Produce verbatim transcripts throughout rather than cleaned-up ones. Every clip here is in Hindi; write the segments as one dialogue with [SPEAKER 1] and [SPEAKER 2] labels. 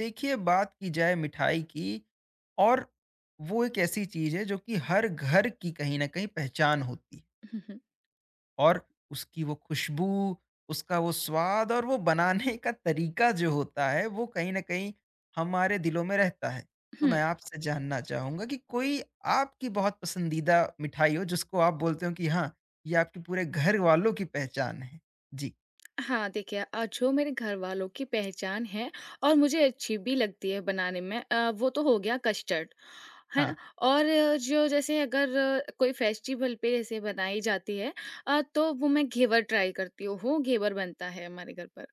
[SPEAKER 1] देखिए बात की जाए मिठाई की और वो एक ऐसी चीज है जो कि हर घर की कहीं ना कहीं पहचान होती है।
[SPEAKER 2] हुँ,
[SPEAKER 1] और उसकी वो खुशबू, उसका वो स्वाद और वो बनाने का तरीका जो होता है वो कहीं ना कहीं हमारे दिलों में रहता है। तो
[SPEAKER 2] हुँ।
[SPEAKER 1] मैं आपसे जानना चाहूंगा कि कोई आपकी बहुत पसंदीदा मिठाई हो जिसको आप बोलते हो कि हाँ ये आपके पूरे घर वालों की पहचान है। जी।
[SPEAKER 2] हाँ, देखिए अ, जो मेरे घर वालों की पहचान है और मुझे अच्छी भी लगती है बनाने में अ, वो तो हो गया कस्टर्ड, है ना?
[SPEAKER 1] हाँ।
[SPEAKER 2] और अ, जो जैसे अगर अ, कोई फेस्टिवल पे जैसे बनाई जाती है अ, तो वो मैं घेवर ट्राई करती हूँ, घेवर बनता है हमारे घर पर।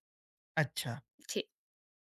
[SPEAKER 1] अच्छा।
[SPEAKER 2] जी।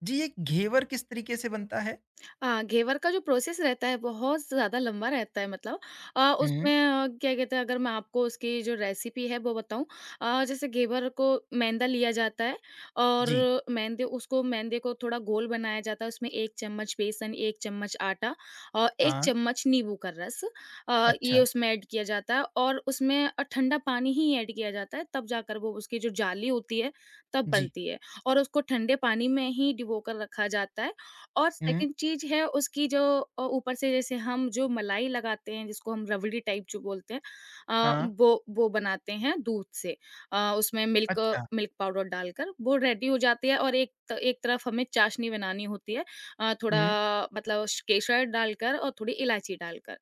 [SPEAKER 1] जी, ये घेवर किस तरीके से बनता है?
[SPEAKER 2] हाँ, घेवर का जो प्रोसेस रहता है बहुत ज़्यादा लंबा रहता है मतलब अ,
[SPEAKER 1] हम्म।
[SPEAKER 2] उसमें अ, क्या कहते हैं अगर मैं आपको उसकी जो रेसिपी है वो बताऊँ अ, जैसे घेवर को मैदा लिया जाता है और
[SPEAKER 1] जी।
[SPEAKER 2] मैदे उसको मैदे को थोड़ा गोल बनाया जाता है उसमें एक चम्मच बेसन एक चम्मच आटा और एक
[SPEAKER 1] हाँ।
[SPEAKER 2] चम्मच नींबू का रस अ, ये
[SPEAKER 1] अच्छा।
[SPEAKER 2] उसमें ऐड किया जाता है और उसमें अ, ठंडा पानी ही ऐड किया जाता है तब जाकर वो उसकी जो जाली होती है तब
[SPEAKER 1] जी।
[SPEAKER 2] बनती है और उसको ठंडे पानी में ही डिबो कर रखा जाता है और
[SPEAKER 1] हुँ।
[SPEAKER 2] सेकंड चीज़ है उसकी जो अ, ऊपर से जैसे हम जो मलाई लगाते हैं जिसको हम रबड़ी टाइप जो बोलते हैं अ,
[SPEAKER 1] हाँ।
[SPEAKER 2] वो वो बनाते हैं दूध से अ, उसमें मिल्क
[SPEAKER 1] अच्छा।
[SPEAKER 2] मिल्क पाउडर डालकर वो रेडी हो जाती है और एक त- एक तरफ हमें चाशनी बनानी होती है अ, थोड़ा
[SPEAKER 1] हुँ।
[SPEAKER 2] मतलब श- केसर डालकर और थोड़ी इलायची डालकर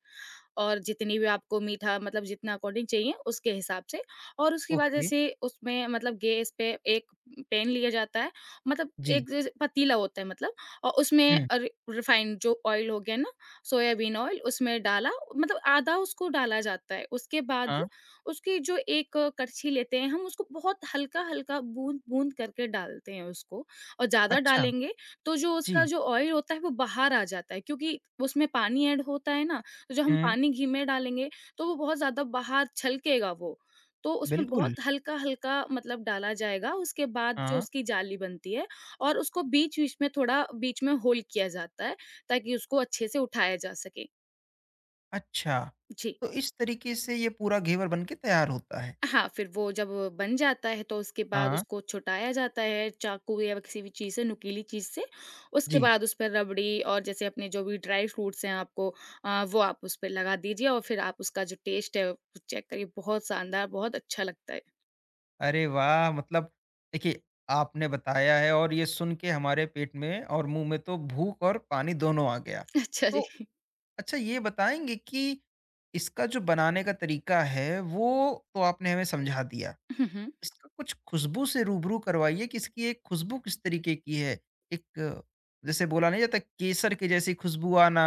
[SPEAKER 2] और जितनी भी आपको मीठा मतलब जितना अकॉर्डिंग चाहिए उसके हिसाब से और उसकी वजह
[SPEAKER 1] ओके।
[SPEAKER 2] से उसमें मतलब गैस पे एक पेन लिया जाता है मतलब
[SPEAKER 1] जी।
[SPEAKER 2] एक जैसे पतीला होता है मतलब और उसमें
[SPEAKER 1] हुँ।
[SPEAKER 2] अ, रि रिफाइंड जो ऑयल हो गया ना, सोयाबीन ऑयल उसमें डाला मतलब आधा उसको डाला जाता है। उसके बाद
[SPEAKER 1] हाँ।
[SPEAKER 2] उसकी जो एक कड़छी लेते हैं हम उसको बहुत हल्का-हल्का बूँद-बूँद करके डालते हैं उसको और ज़्यादा
[SPEAKER 1] अच्छा।
[SPEAKER 2] डालेंगे तो जो उसका
[SPEAKER 1] जी।
[SPEAKER 2] जो ऑयल होता है वो बाहर आ जाता है क्योंकि उसमें पानी ऐड होता है ना, तो जब हम
[SPEAKER 1] हुँ।
[SPEAKER 2] पानी घी में डालेंगे तो वो बहुत ज़्यादा बाहर छलकेगा वो। तो उसमें
[SPEAKER 1] बिल्कुल।
[SPEAKER 2] बहुत हल्का-हल्का मतलब डाला जाएगा उसके बाद जो
[SPEAKER 1] हाँ।
[SPEAKER 2] उसकी जाली बनती है और उसको बीच-बीच में थोड़ा बीच में होल किया जाता है, ताकि उसको अच्छे से उठाया जा सके।
[SPEAKER 1] अच्छा।
[SPEAKER 2] जी।
[SPEAKER 1] तो इस तरीके से ये पूरा घेवर बन के तैयार होता है।
[SPEAKER 2] हाँ, फिर वो जब बन जाता है तो उसके बाद
[SPEAKER 1] हाँ।
[SPEAKER 2] उसको छुटाया जाता है चाकू या किसी भी चीज़ से, नुकीली चीज़ से। उसके
[SPEAKER 1] जी।
[SPEAKER 2] बाद उस पे रबड़ी और जैसे अपने जो भी ड्राई फ्रूट्स हैं आपको अ, वो आप उस पे लगा दीजिए और फिर आप उसका जो टेस्ट है, वो चेक करिए। बहुत शानदार, बहुत अच्छा लगता है।
[SPEAKER 1] अरे वाह! मतलब देखिए, आपने बताया है और ये सुन के हमारे पेट में और मुँह में तो भूख और पानी दोनों आ गया।
[SPEAKER 2] अच्छा
[SPEAKER 1] तो
[SPEAKER 2] जी।
[SPEAKER 1] अच्छा, ये बताएँगे कि इसका जो बनाने का तरीका है, वो तो आपने हमें समझा दिया।
[SPEAKER 2] हुँ, हुँ।
[SPEAKER 1] इसका कुछ खुशबू से रूबरू करवाइए कि इसकी एक खुशबू किस तरीके की है? एक अ, जैसे बोला नहीं जाता केसर की जैसी खुशबू आना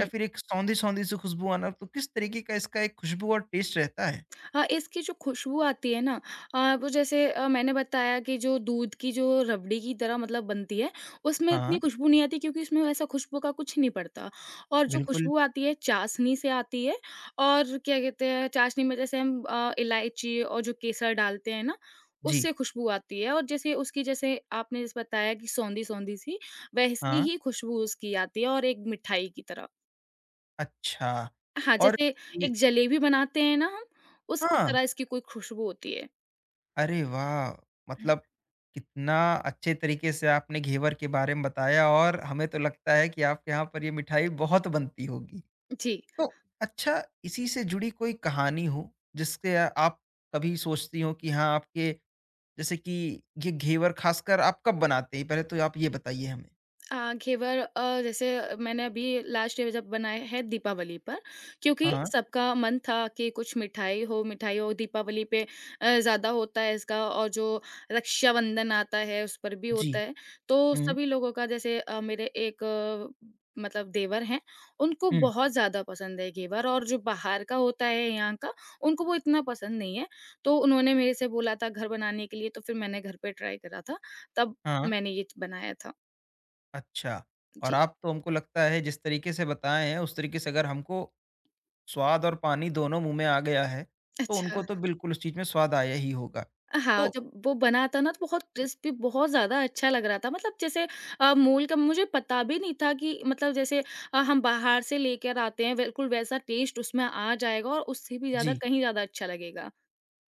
[SPEAKER 1] या फिर एक सौंधी-सौंधी सी खुशबू आना, तो किस तरीके का इसका एक खुशबू और टेस्ट रहता है?
[SPEAKER 2] हाँ, इसकी जो खुशबू आती है ना अ, वो जैसे अ, मैंने बताया कि जो दूध की जो रबड़ी की तरह मतलब बनती है, उसमें
[SPEAKER 1] हाँ।
[SPEAKER 2] इतनी खुशबू नहीं आती क्योंकि उसमें वैसा खुशबू का कुछ नहीं पड़ता। और जो
[SPEAKER 1] बिल्कुल।
[SPEAKER 2] खुशबू आती है चाशनी से आती है और क्या कहते हैं चाशनी में जैसे हम अ, इलायची और जो केसर डालते हैं ना,
[SPEAKER 1] जी।
[SPEAKER 2] उससे खुशबू आती है और जैसे उसकी जैसे आपने जैसे बताया कि सौंधी-सौंधी सी, वैसी
[SPEAKER 1] हाँ।
[SPEAKER 2] ही खुशबू उसकी आती है और एक मिठाई की तरह।
[SPEAKER 1] अच्छा।
[SPEAKER 2] हाँ,
[SPEAKER 1] और
[SPEAKER 2] जैसे
[SPEAKER 1] ये
[SPEAKER 2] एक जलेबी बनाते हैं ना हम, उसकी
[SPEAKER 1] हाँ,
[SPEAKER 2] तरह इसकी कोई खुशबू होती है।
[SPEAKER 1] अरे वाह!
[SPEAKER 2] हुँ,
[SPEAKER 1] मतलब कितना अच्छे तरीके से आपने घेवर के बारे में बताया, और हमें तो लगता है कि आपके यहाँ पर ये मिठाई बहुत बनती होगी।
[SPEAKER 2] जी।
[SPEAKER 1] तो अच्छा, इसी से जुड़ी कोई कहानी हो जिसके आप कभी सोचती हो कि हाँ आपके, जैसे कि ये घेवर खासकर आप कब बनाते हैं, पहले तो आप ये बताइए हमें।
[SPEAKER 2] आ, घेवर अ, जैसे मैंने अभी लास्ट ईयर जब बनाए है दीपावली पर क्योंकि
[SPEAKER 1] हाँ।
[SPEAKER 2] सबका मन था कि कुछ मिठाई हो मिठाई हो दीपावली पे अ, ज़्यादा होता है इसका और जो रक्षाबंधन आता है उस पर भी
[SPEAKER 1] जी।
[SPEAKER 2] होता है तो
[SPEAKER 1] हम्म।
[SPEAKER 2] सभी लोगों का जैसे अ, मेरे एक अ, मतलब देवर हैं उनको
[SPEAKER 1] हम्म।
[SPEAKER 2] बहुत ज़्यादा पसंद है घेवर और जो बाहर का होता है यहाँ का उनको वो इतना पसंद नहीं है तो उन्होंने मेरे से बोला था घर बनाने के लिए तो फिर मैंने घर पे ट्राई करा था तब
[SPEAKER 1] हाँ।
[SPEAKER 2] मैंने ये बनाया था
[SPEAKER 1] अच्छा, और आप तो हमको लगता है जिस तरीके से बताए हैं उस तरीके से अगर हमको स्वाद और पानी दोनों मुंह में आ गया है, तो
[SPEAKER 2] अच्छा।
[SPEAKER 1] उनको तो बिल्कुल उस चीज में स्वाद आया ही होगा।
[SPEAKER 2] हाँ,
[SPEAKER 1] तो
[SPEAKER 2] जब वो बना था ना तो बहुत क्रिस्पी बहुत ज़्यादा अच्छा लग रहा था। मतलब जैसे अ, मूल का मुझे पता भी नहीं था कि मतलब जैसे अ, हम बाहर से लेकर आते हैं बिल्कुल वैसा टेस्ट उसमें आ जाएगा और उससे भी ज़्यादा
[SPEAKER 1] जी,
[SPEAKER 2] कहीं ज़्यादा अच्छा लगेगा।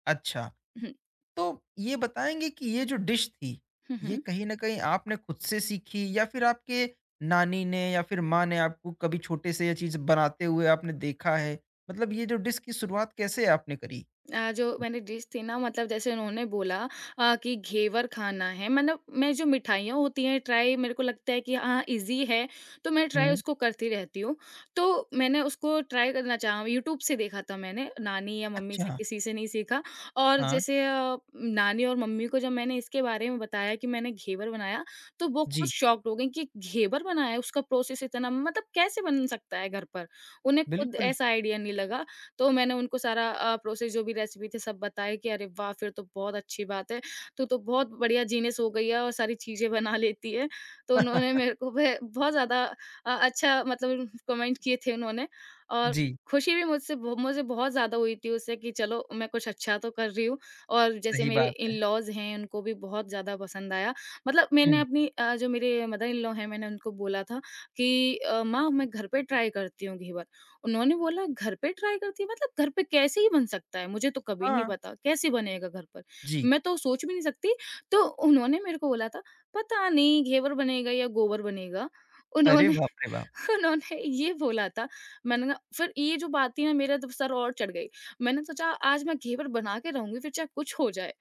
[SPEAKER 1] अच्छा,
[SPEAKER 2] हुँ,
[SPEAKER 1] तो ये बताएँगे कि ये जो डिश थी,
[SPEAKER 2] हुँ,
[SPEAKER 1] ये
[SPEAKER 2] हुँ।
[SPEAKER 1] कहीं न कहीं आपने खुद से सीखी या फिर आपके नानी ने या फिर माँ ने आपको कभी छोटे से ये चीज़ बनाते हुए आपने देखा है? मतलब ये जो डिश की शुरुआत कैसे आपने करी?
[SPEAKER 2] अ, जो मैंने डिश थी ना मतलब जैसे उन्होंने बोला अ, कि घेवर खाना है मतलब मैं जो मिठाइयाँ होती हैं ट्राई मेरे को लगता है कि हाँ इजी है तो मैं ट्राई
[SPEAKER 1] हुँ।
[SPEAKER 2] उसको करती रहती हूँ। तो मैंने उसको ट्राई करना चाहा यूट्यूब से देखा था मैंने, नानी या मम्मी
[SPEAKER 1] अच्छा।
[SPEAKER 2] से किसी से नहीं सीखा और
[SPEAKER 1] हाँ।
[SPEAKER 2] जैसे अ, नानी और मम्मी को जब मैंने इसके बारे में बताया कि मैंने घेवर बनाया, तो वो खुद
[SPEAKER 1] जी।
[SPEAKER 2] शॉक्ड हो गईं कि घेवर बनाया है? उसका प्रोसेस इतना मतलब कैसे बन सकता है घर पर? उन्हें खुद
[SPEAKER 1] बिल्कुल।
[SPEAKER 2] ऐसा आइडिया नहीं लगा तो मैंने उनको सारा अ, प्रोसेस जो भी रेसिपी थी सब बताया कि अरे वाह! फिर तो बहुत अच्छी बात है, तू तो बहुत बढ़िया जीनियस हो गई है और सारी चीज़ें बना लेती है। तो उन्होंने मेरे को वे बहुत ज़्यादा अ, अच्छा मतलब कमेंट किए थे उन्होंने और
[SPEAKER 1] जी।
[SPEAKER 2] खुशी भी मुझसे ब मुझे बहुत ज़्यादा हुई थी उससे कि चलो मैं कुछ अच्छा तो कर रही हूँ और जैसे
[SPEAKER 1] सही
[SPEAKER 2] मेरे
[SPEAKER 1] बात है।
[SPEAKER 2] इन-लॉज़ हैं उनको भी बहुत ज़्यादा पसंद आया। मतलब मैंने
[SPEAKER 1] हुँ।
[SPEAKER 2] अपनी अ, जो मेरे मदर इन-लॉ हैं मैंने उनको बोला था कि अ, माँ मैं घर पे ट्राई करती हूँ घेवर। उन्होंने बोला घर पे ट्राई करती है, मतलब घर पे कैसे ही बन सकता है? मुझे तो कभी नहीं
[SPEAKER 1] हाँ।
[SPEAKER 2] पता, कैसे बनेगा घर पर?
[SPEAKER 1] जी।
[SPEAKER 2] मैं तो सोच भी नहीं सकती। तो उन्होंने मेरे को बोला था, पता नहीं घेवर बनेगा या गोबर बनेगा।
[SPEAKER 1] अरे
[SPEAKER 2] उन्होंने
[SPEAKER 1] बाप रे बाप!
[SPEAKER 2] उन्होंने ये बोला था। मैंने ना फिर ये जो बात थी ना मेरा तो सर और चढ़ गई। मैंने सोचा आज मैं घेवर बना के रहूँगी फिर चाहे कुछ हो जाए।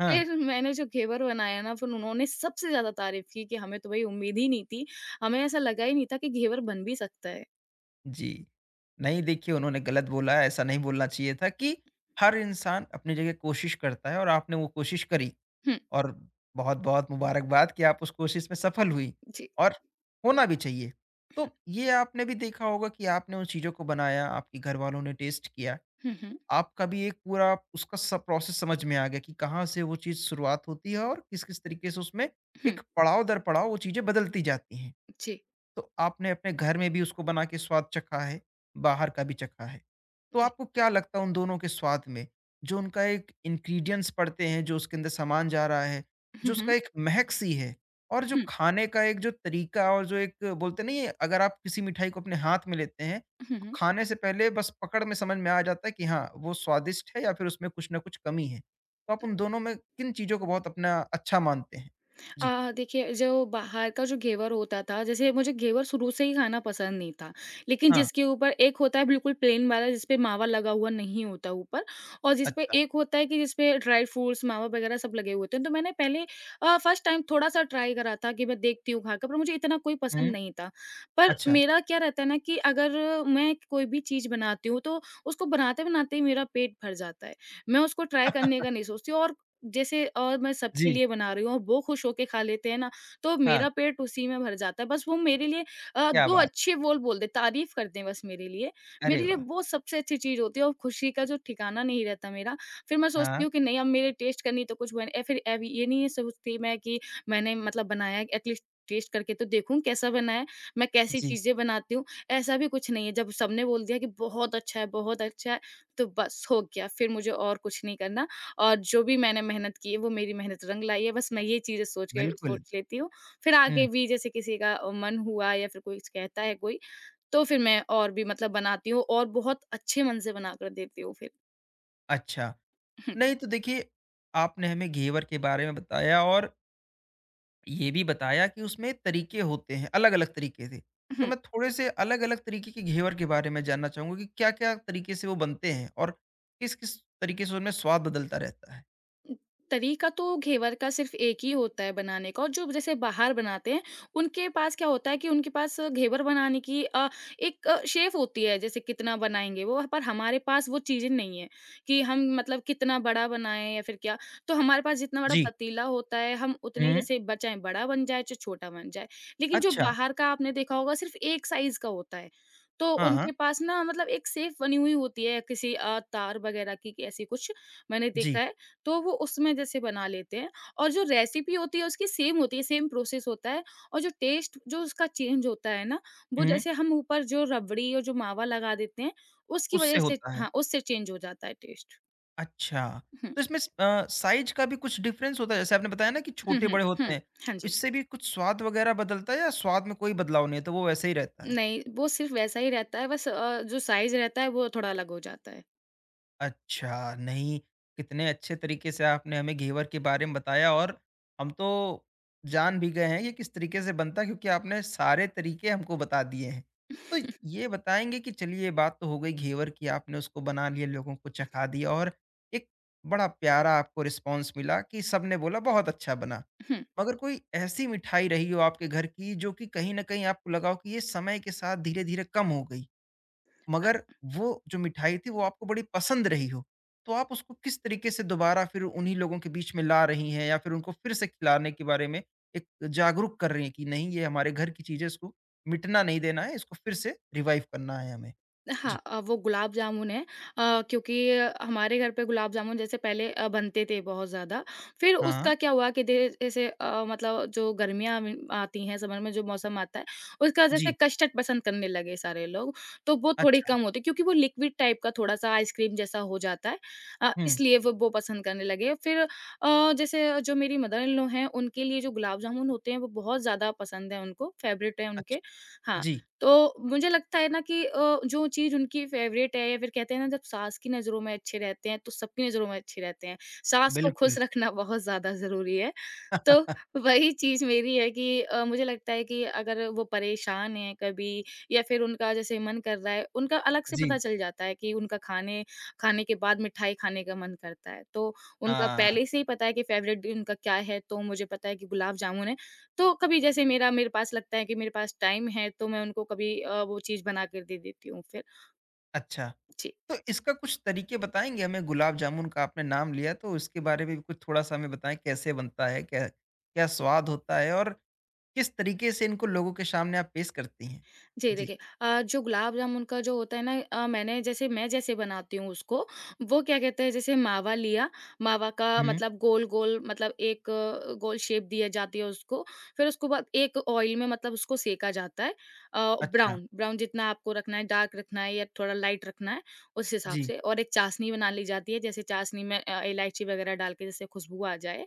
[SPEAKER 1] हाँ।
[SPEAKER 2] फिर मैंने जो घेवर बनाया ना फिर उन्होंने सबसे ज़्यादा तारीफ़ की कि हमें तो भई उम्मीद ही नहीं थी। हमें ऐसा लगा ही नहीं था कि घेवर बन भी सकता है।
[SPEAKER 1] जी। नहीं देखिए उन्होंने गलत बोला है, ऐसा नहीं बोलना चाहिए था कि हर इंसान अपनी जगह कोशिश करता है और आपने वो कोशिश करी।
[SPEAKER 2] हुँ,
[SPEAKER 1] और बहुत-बहुत मुबारकबाद कि आप उस कोशिश में सफल हुईं,
[SPEAKER 2] जी।
[SPEAKER 1] और होना भी चाहिए। तो ये आपने भी देखा होगा कि आपने उन चीज़ों को बनाया, आपके घरवालों ने टेस्ट किया,
[SPEAKER 2] हुँ, हुँ,
[SPEAKER 1] आपका भी एक पूरा उसका सब प्रोसेस समझ में आ गया कि कहाँ से वो चीज़ शुरुआत होती है और किस-किस तरीके से उसमें
[SPEAKER 2] हुँ।
[SPEAKER 1] एक पड़ाव दर पड़ाव वो चीज़ें बदलती जाती हैं।
[SPEAKER 2] जी,
[SPEAKER 1] तो आपने अपने घर में भी उसको बना के स्वाद चखा है, बाहर का भी चखा है। तो
[SPEAKER 2] थैंक
[SPEAKER 1] आपको क्या लगता है उन दोनों के स्वाद में, जो उनका एक इंग्रीडिएंट्स पड़ते हैं, जो उसके अंदर सामान जा रहा है, जो
[SPEAKER 2] हुँ,
[SPEAKER 1] उसका
[SPEAKER 2] हुँ।
[SPEAKER 1] एक महक-सी है और जो
[SPEAKER 2] हुँ,
[SPEAKER 1] खाने का एक जो तरीका और जो एक बोलते नहीं है, अगर आप किसी मिठाई को अपने हाथ में लेते हैं,
[SPEAKER 2] हुँ,
[SPEAKER 1] तो
[SPEAKER 2] हुँ।
[SPEAKER 1] खाने से पहले बस पकड़ में समझ में आ जाता है कि हाँ, वो स्वादिष्ट है या फिर उसमें कुछ ना कुछ कमी है। तो आप उन दोनों में किन चीज़ों को बहुत अपना अच्छा मानते हैं? जी।
[SPEAKER 2] अ, देखिए जो बाहर का जो घेवर होता था, जैसे मुझे घेवर शुरू से ही खाना पसंद नहीं था, लेकिन
[SPEAKER 1] हाँ।
[SPEAKER 2] जिसके ऊपर एक होता है बिल्कुल प्लेन वाला जिसपे मावा लगा हुआ नहीं होता ऊपर और जिसपे
[SPEAKER 1] अच्छा।
[SPEAKER 2] एक होता है कि जिसपे ड्राई फ्रूट्स, मावा वगैरह सब लगे हुए होते हैं। तो मैंने पहले अ, फर्स्ट टाइम थोड़ा-सा ट्राई करा था कि मैं देखती हूँ खाकर, पर मुझे इतना कोई पसंद
[SPEAKER 1] हुँ।
[SPEAKER 2] नहीं था। पर
[SPEAKER 1] अच्छा।
[SPEAKER 2] मेरा क्या रहता है ना कि अगर मैं कोई भी चीज़ बनाती हूँ, तो उसको बनाते-बनाते ही मेरा पेट भर जाता है। मैं उसको ट्राई करने का नहीं सोचती और जैसे और मैं सबके
[SPEAKER 1] जी।
[SPEAKER 2] लिए बना रही हूँ और वो खुश होके खा लेते हैं ना, तो
[SPEAKER 1] हाँ।
[SPEAKER 2] मेरा पेट उसी में भर जाता है। बस वो मेरे लिए अ,
[SPEAKER 1] क्या
[SPEAKER 2] दो
[SPEAKER 1] बात!
[SPEAKER 2] अच्छे बोल बोल दें, तारीफ़ कर दें बस मेरे लिए।
[SPEAKER 1] अरे
[SPEAKER 2] मेरे लिए
[SPEAKER 1] वाह!
[SPEAKER 2] वो सबसे अच्छी चीज़ होती है और खुशी का जो ठिकाना नहीं रहता मेरा, फिर मैं सोचती
[SPEAKER 1] हाँ।
[SPEAKER 2] हूँ कि नहीं अब मेरे टेस्ट करनी तो कुछ बने या फिर अब ये नहीं है सोचती मैं कि मैंने मतलब बनाया एटलीस्ट टेस्ट करके तो देखूँ कैसा बना है, मैं कैसी
[SPEAKER 1] जी।
[SPEAKER 2] चीज़ें बनाती हूँ, ऐसा भी कुछ नहीं है। जब सबने बोल दिया कि बहुत अच्छा है, बहुत अच्छा है, तो बस हो गया, फिर मुझे और कुछ नहीं करना। और जो भी मैंने मेहनत की है, वो मेरी मेहनत रंग लाई है, बस मैं ये चीज़ें सोच के
[SPEAKER 1] बिल्कुल।
[SPEAKER 2] सोच लेती हूँ। फिर
[SPEAKER 1] हुँ।
[SPEAKER 2] आगे भी जैसे किसी का अ, मन हुआ या फिर कोई कहता है कोई, तो फिर मैं और भी मतलब बनाती हूँ और बहुत अच्छे मन से बनाकर देती हूँ फिर।
[SPEAKER 1] अच्छा। नहीं तो देखिए, आपने हमें घेवर के बारे में बताया और ये भी बताया कि उसमें तरीके होते हैं, अलग-अलग तरीके से। तो मैं थोड़े से अलग-अलग तरीके के घेवर के बारे में जानना चाहूँगा कि क्या-क्या तरीके से वो बनते हैं और किस-किस तरीके से उनमें स्वाद बदलता रहता है?
[SPEAKER 2] तरीका तो घेवर का सिर्फ एक ही होता है बनाने का और जो जैसे बाहर बनाते हैं, उनके पास क्या होता है कि उनके पास अ, घेवर बनाने की अ, एक शेफ़ होती है, जैसे कितना बनाएँगे वो, पर हमारे पास वो चीज़ें नहीं है कि हम मतलब कितना बड़ा बनाएँ या फिर क्या। तो हमारे पास जितना बड़ा
[SPEAKER 1] जी।
[SPEAKER 2] पतीला होता है, हम उतने ही
[SPEAKER 1] हुँ।
[SPEAKER 2] जैसे बचाएँ, बड़ा बन जाए चाहे छोटा बन जाए। लेकिन जो
[SPEAKER 1] अच्छा।
[SPEAKER 2] बाहर का आपने देखा होगा सिर्फ़ एक साइज़ का होता है, तो
[SPEAKER 1] हाँ, हाँ।
[SPEAKER 2] उनके पास ना मतलब एक सेफ बनी हुई होती है किसी अ, तार वगैरह की कि ऐसी कुछ मैंने
[SPEAKER 1] जी।
[SPEAKER 2] देखा है। तो वो उसमें जैसे बना लेते हैं और जो रेसिपी होती है उसकी सेम होती है, सेम प्रोसेस होता है और जो टेस्ट जो उसका चेंज होता है ना, वो
[SPEAKER 1] हुँ।
[SPEAKER 2] जैसे हम ऊपर जो रबड़ी और जो मावा लगा देते हैं, उसकी
[SPEAKER 1] उससे
[SPEAKER 2] वज़ह से
[SPEAKER 1] होता है।
[SPEAKER 2] हाँ, उससे चेंज हो जाता है टेस्ट।
[SPEAKER 1] अच्छा,
[SPEAKER 2] हुँ।
[SPEAKER 1] तो इसमें स अ, साइज़ का भी कुछ डिफ़रेंस होता है? जैसे आपने बताया ना कि
[SPEAKER 2] हुँ, हुँ,
[SPEAKER 1] छोटे-बड़े होते
[SPEAKER 2] हुँ।
[SPEAKER 1] हैं,
[SPEAKER 2] हाँ
[SPEAKER 1] तो
[SPEAKER 2] जी।
[SPEAKER 1] इससे भी कुछ स्वाद वग़ैरह बदलता है या स्वाद में कोई बदलाव नहीं है, तो वो वैसे ही रहता है?
[SPEAKER 2] नहीं, वो सिर्फ़ वैसा ही रहता है बस अ, जो साइज़ रहता है वो थोड़ा अलग हो जाता है।
[SPEAKER 1] अच्छा। नहीं, कितने अच्छे तरीके से आपने हमें घेवर के बारे में बताया, और हम तो जान भी गए हैं कि किस तरीके से बनता है क्योंकि आपने सारे तरीके हमको बता दिए हैं। तो ये बताएँगे कि चलिए ये बात तो हो गई घेवर की, आपने उसको बना लिया, लोगों को चखा दिया और एक बड़ा प्यारा आपको रिस्पॉन्स मिला कि सबने बोला बहुत अच्छा बना। मगर कोई ऐसी मिठाई रही हो आपके घर की जो कि कहीं न कहीं आपको लगा हो कि ये समय के साथ धीरे-धीरे कम हो गई, मगर वो जो मिठाई थी वो आपको बड़ी पसंद रही हो, तो आप उसको किस तरीके से दोबारा फिर उन्हीं लोगों के बीच में ला रही हैं या फिर उनको फिर से खिलाने के बारे में एक जागरूक कर रही हैं कि नहीं ये हमारे घर की चीज़ है, इसको मिटना नहीं देना है, इसको फिर से रिवाइव करना है हमें?
[SPEAKER 2] हाँ,
[SPEAKER 1] जी।
[SPEAKER 2] अ, वो गुलाब जामुन है अ, क्योंकि हमारे घर पे गुलाब जामुन जैसे पहले अ, बनते थे बहुत ज़्यादा। फिर
[SPEAKER 1] हाँ।
[SPEAKER 2] उसका क्या हुआ कि दे जैसे अ, मतलब जो गर्मियाँ म आती हैं, समर में जो मौसम आता है, उसका जैसे
[SPEAKER 1] जी।
[SPEAKER 2] कस्टर्ड पसंद करने लगे सारे लोग, तो वो थोड़ी
[SPEAKER 1] अच्छा।
[SPEAKER 2] कम होती है क्योंकि वो लिक्विड टाइप का थोड़ा-सा आइसक्रीम जैसा हो जाता है। अ,
[SPEAKER 1] हुँ।
[SPEAKER 2] इसलिए वो वो पसंद करने लगे। फिर अ, जैसे जो मेरी मदर इन लॉ हैं, उनके लिए जो गुलाब जामुन होते हैं, वो बहुत ज़्यादा पसंद है उनको, फ़ेवरेट है उनके।
[SPEAKER 1] अच्छा।
[SPEAKER 2] हाँ,
[SPEAKER 1] जी।
[SPEAKER 2] तो मुझे लगता है ना कि अ, जो चीज़ उनकी फ़ेवरेट है या फिर कहते हैं ना जब सास की नज़रों में अच्छे रहते हैं, तो सबकी नज़रों में अच्छे रहते हैं। सास को
[SPEAKER 1] बिल्कुल।
[SPEAKER 2] खुश रखना बहुत ज़्यादा ज़रूरी है। तो वही चीज़ मेरी है कि अ, मुझे लगता है कि अगर वो परेशान हैं कभी या फिर उनका जैसे मन कर रहा है, उनका अलग से
[SPEAKER 1] जी।
[SPEAKER 2] पता चल जाता है कि उनका खाने खाने के बाद मिठाई खाने का मन करता है। तो उनका
[SPEAKER 1] हाँ।
[SPEAKER 2] पहले से ही पता है कि फ़ेवरेट उनका क्या है, तो मुझे पता है कि गुलाब जामुन है। तो कभी जैसे मेरा मेरे पास लगता है कि मेरे पास टाइम है, तो मैं उनको कभी अ, वो चीज़ बना कर दे देती हूँ फिर।
[SPEAKER 1] अच्छा।
[SPEAKER 2] जी।
[SPEAKER 1] तो इसका कुछ तरीके बताएँगे हमें? गुलाब जामुन का आपने नाम लिया तो इसके बारे में भी कुछ थोड़ा-सा हमें बताएँ कैसे बनता है? क्या क्या स्वाद होता है? और किस तरीके से इनको लोगों के सामने आप पेश करती हैं?
[SPEAKER 2] जी,
[SPEAKER 1] जी।
[SPEAKER 2] देखिए, अ, जो गुलाब जामुन का जो होता है ना अ, मैंने जैसे मैं जैसे बनाती हूँ उसको, वो क्या कहते हैं जैसे मावा लिया, मावा का
[SPEAKER 1] हुँ।
[SPEAKER 2] मतलब गोल-गोल मतलब एक अ, गोल शेप दिया जाती है उसको, फिर उसको बाद एक ऑयल में मतलब उसको सेंका जाता है। अ,
[SPEAKER 1] अच्छा।
[SPEAKER 2] ब्राउन ब्राउन जितना आपको रखना है, डार्क रखना है या थोड़ा लाइट रखना है, उस हिसाब
[SPEAKER 1] जी।
[SPEAKER 2] से। और एक चाशनी बना ली जाती है, जैसे चाशनी में अ, इलायची वगैरह डाल के जैसे खुशबू आ जाए,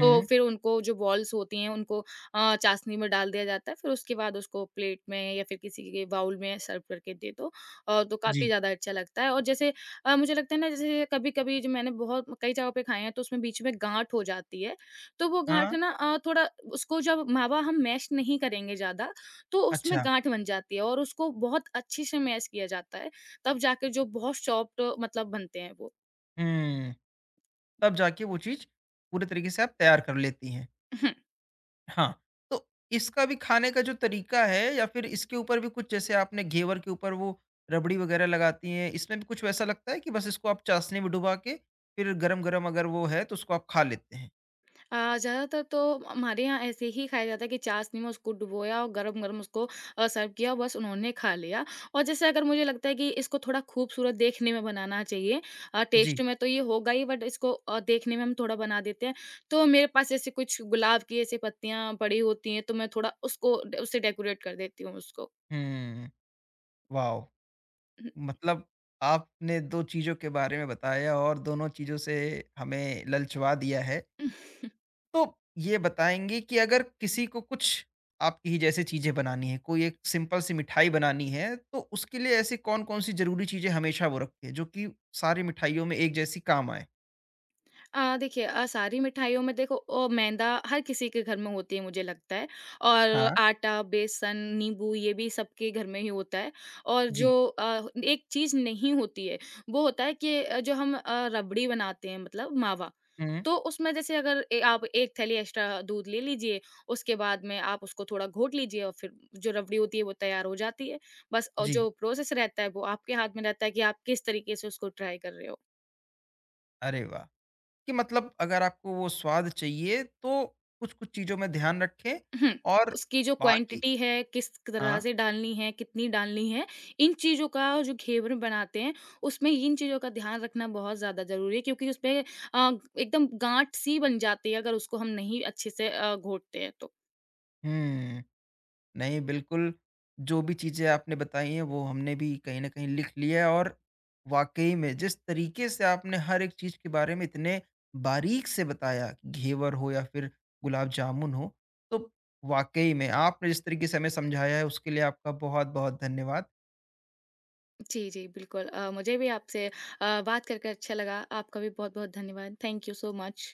[SPEAKER 2] तो फिर उनको जो बॉल्स होती हैं उनको अ, चाशनी में डाल दिया जाता है, फिर उसके बाद उसको प्लेट में या फिर किसी के बाउल में सर्व करके दे दो और तो काफ़ी
[SPEAKER 1] जी।
[SPEAKER 2] ज़्यादा अच्छा लगता है। और जैसे अ, मुझे लगता है ना जैसे कभी-कभी जो मैंने बहुत कई जगहों पे खाए हैं तो उसमें बीच में गाँठ हो जाती है, तो वो गाँठ
[SPEAKER 1] हाँ।
[SPEAKER 2] ना अ, थोड़ा उसको जब मावा हम मैश नहीं करेंगे ज़्यादा, तो उसमें
[SPEAKER 1] अच्छा।
[SPEAKER 2] गाँठ बन जाती है और उसको बहुत अच्छे से मैश किया जाता है, तब जाके जो बहुत सॉफ्ट मतलब बनते हैं वो।
[SPEAKER 1] हुँ। तब जाके वो चीज़ पूरे तरीके से आप तैयार कर लेती हैं। हाँ, तो इसका भी खाने का जो तरीका है या फिर इसके ऊपर भी कुछ जैसे आपने घेवर के ऊपर वो रबड़ी वगैरह लगाती हैं, इसमें भी कुछ वैसा लगता है कि बस इसको आप चाशनी में डुबा के फिर गरम-गरम अगर वो है तो उसको आप खा लेते हैं?
[SPEAKER 2] अ, ज़्यादातर तो हमारे यहाँ ऐसे ही खाया जाता है कि चाशनी में उसको डुबोया और गरम-गरम उसको अ, सर्व किया और बस उन्होंने खा लिया। और जैसे अगर मुझे लगता है कि इसको थोड़ा खूबसूरत देखने में बनाना चाहिए, अ,
[SPEAKER 1] जी।
[SPEAKER 2] टेस्ट में तो ये होगा ही बट इसको अ, देखने में हम थोड़ा बना देते हैं। तो मेरे पास ऐसे कुछ गुलाब की ऐसी पत्तियाँ पड़ी होती हैं तो मैं थोड़ा उसको डे उससे डेकोरेट कर देती हूँ उसको।
[SPEAKER 1] हुँ। वाओ! मतलब आपने दो चीज़ों के बारे में बताया और दोनों चीज़ों से हमें ललचवा दिया है। तो ये बताएँगे कि अगर किसी को कुछ आपकी ही जैसे चीज़ें बनानी है, कोई एक सिंपल सी मिठाई बनानी है, तो उसके लिए ऐसी कौन-कौन सी ज़रूरी चीज़ें हमेशा वो रखें, जो कि सारी मिठाइयों में एक जैसी काम आएँ?
[SPEAKER 2] अ, देखिए, अ, सारी मिठाइयों में देखो अ, मैदा हर किसी के घर में होती है मुझे लगता है। और
[SPEAKER 1] हाँ।
[SPEAKER 2] आटा, बेसन, नींबू ये भी सबके घर में ही होता है। और
[SPEAKER 1] जी।
[SPEAKER 2] जो अ, एक चीज़ नहीं होती है वो होता है कि अ, जो हम अ, रबड़ी बनाते हैं मतलब मावा।
[SPEAKER 1] हुँ।
[SPEAKER 2] तो उसमें जैसे अगर ए, आप एक थैली एक्स्ट्रा दूध ले लीजिए, उसके बाद में आप उसको थोड़ा घोट लीजिए और फिर जो रबड़ी होती है वो तैयार हो जाती है। बस और
[SPEAKER 1] जी।
[SPEAKER 2] जो प्रोसेस रहता है वो आपके हाथ में रहता है कि आप किस तरीके से उसको ट्राई कर रहे हो।
[SPEAKER 1] अरे वाह! कि मतलब अगर आपको वो स्वाद चाहिए, तो कुछ-कुछ चीज़ों में ध्यान रखें
[SPEAKER 2] हुँ,
[SPEAKER 1] और
[SPEAKER 2] उसकी जो
[SPEAKER 1] बाकी
[SPEAKER 2] क्वांटिटी है, किस तरह
[SPEAKER 1] हाँ।
[SPEAKER 2] से डालनी है, कितनी डालनी है, इन चीज़ों का जो घेवर में बनाते हैं, उसमें इन चीज़ों का ध्यान रखना बहुत ज़्यादा ज़रूरी है क्योंकि उसपे अ, एकदम गाँठ-सी बन जाती है अगर उसको हम नहीं अच्छे से अ, घोटते हैं तो।
[SPEAKER 1] हुँ। नहीं, बिल्कुल, जो भी चीज़ें आपने बताई हैं, वो हमने भी कहीं न कहीं लिख लिया है और वाक़ई में जिस तरीके से आपने हर एक चीज़ के बारे में इतने बारीक से बताया, कि घेवर हो या फिर गुलाब जामुन हो, तो वाक़ई में आपने जिस तरीके से हमें समझाया है, उसके लिए आपका बहुत-बहुत धन्यवाद।
[SPEAKER 2] जी, जी, बिल्कुल। अ, मुझे भी आपसे अ, बात कर कर अच्छा लगा। आपका भी बहुत-बहुत धन्यवाद। Thank you so much.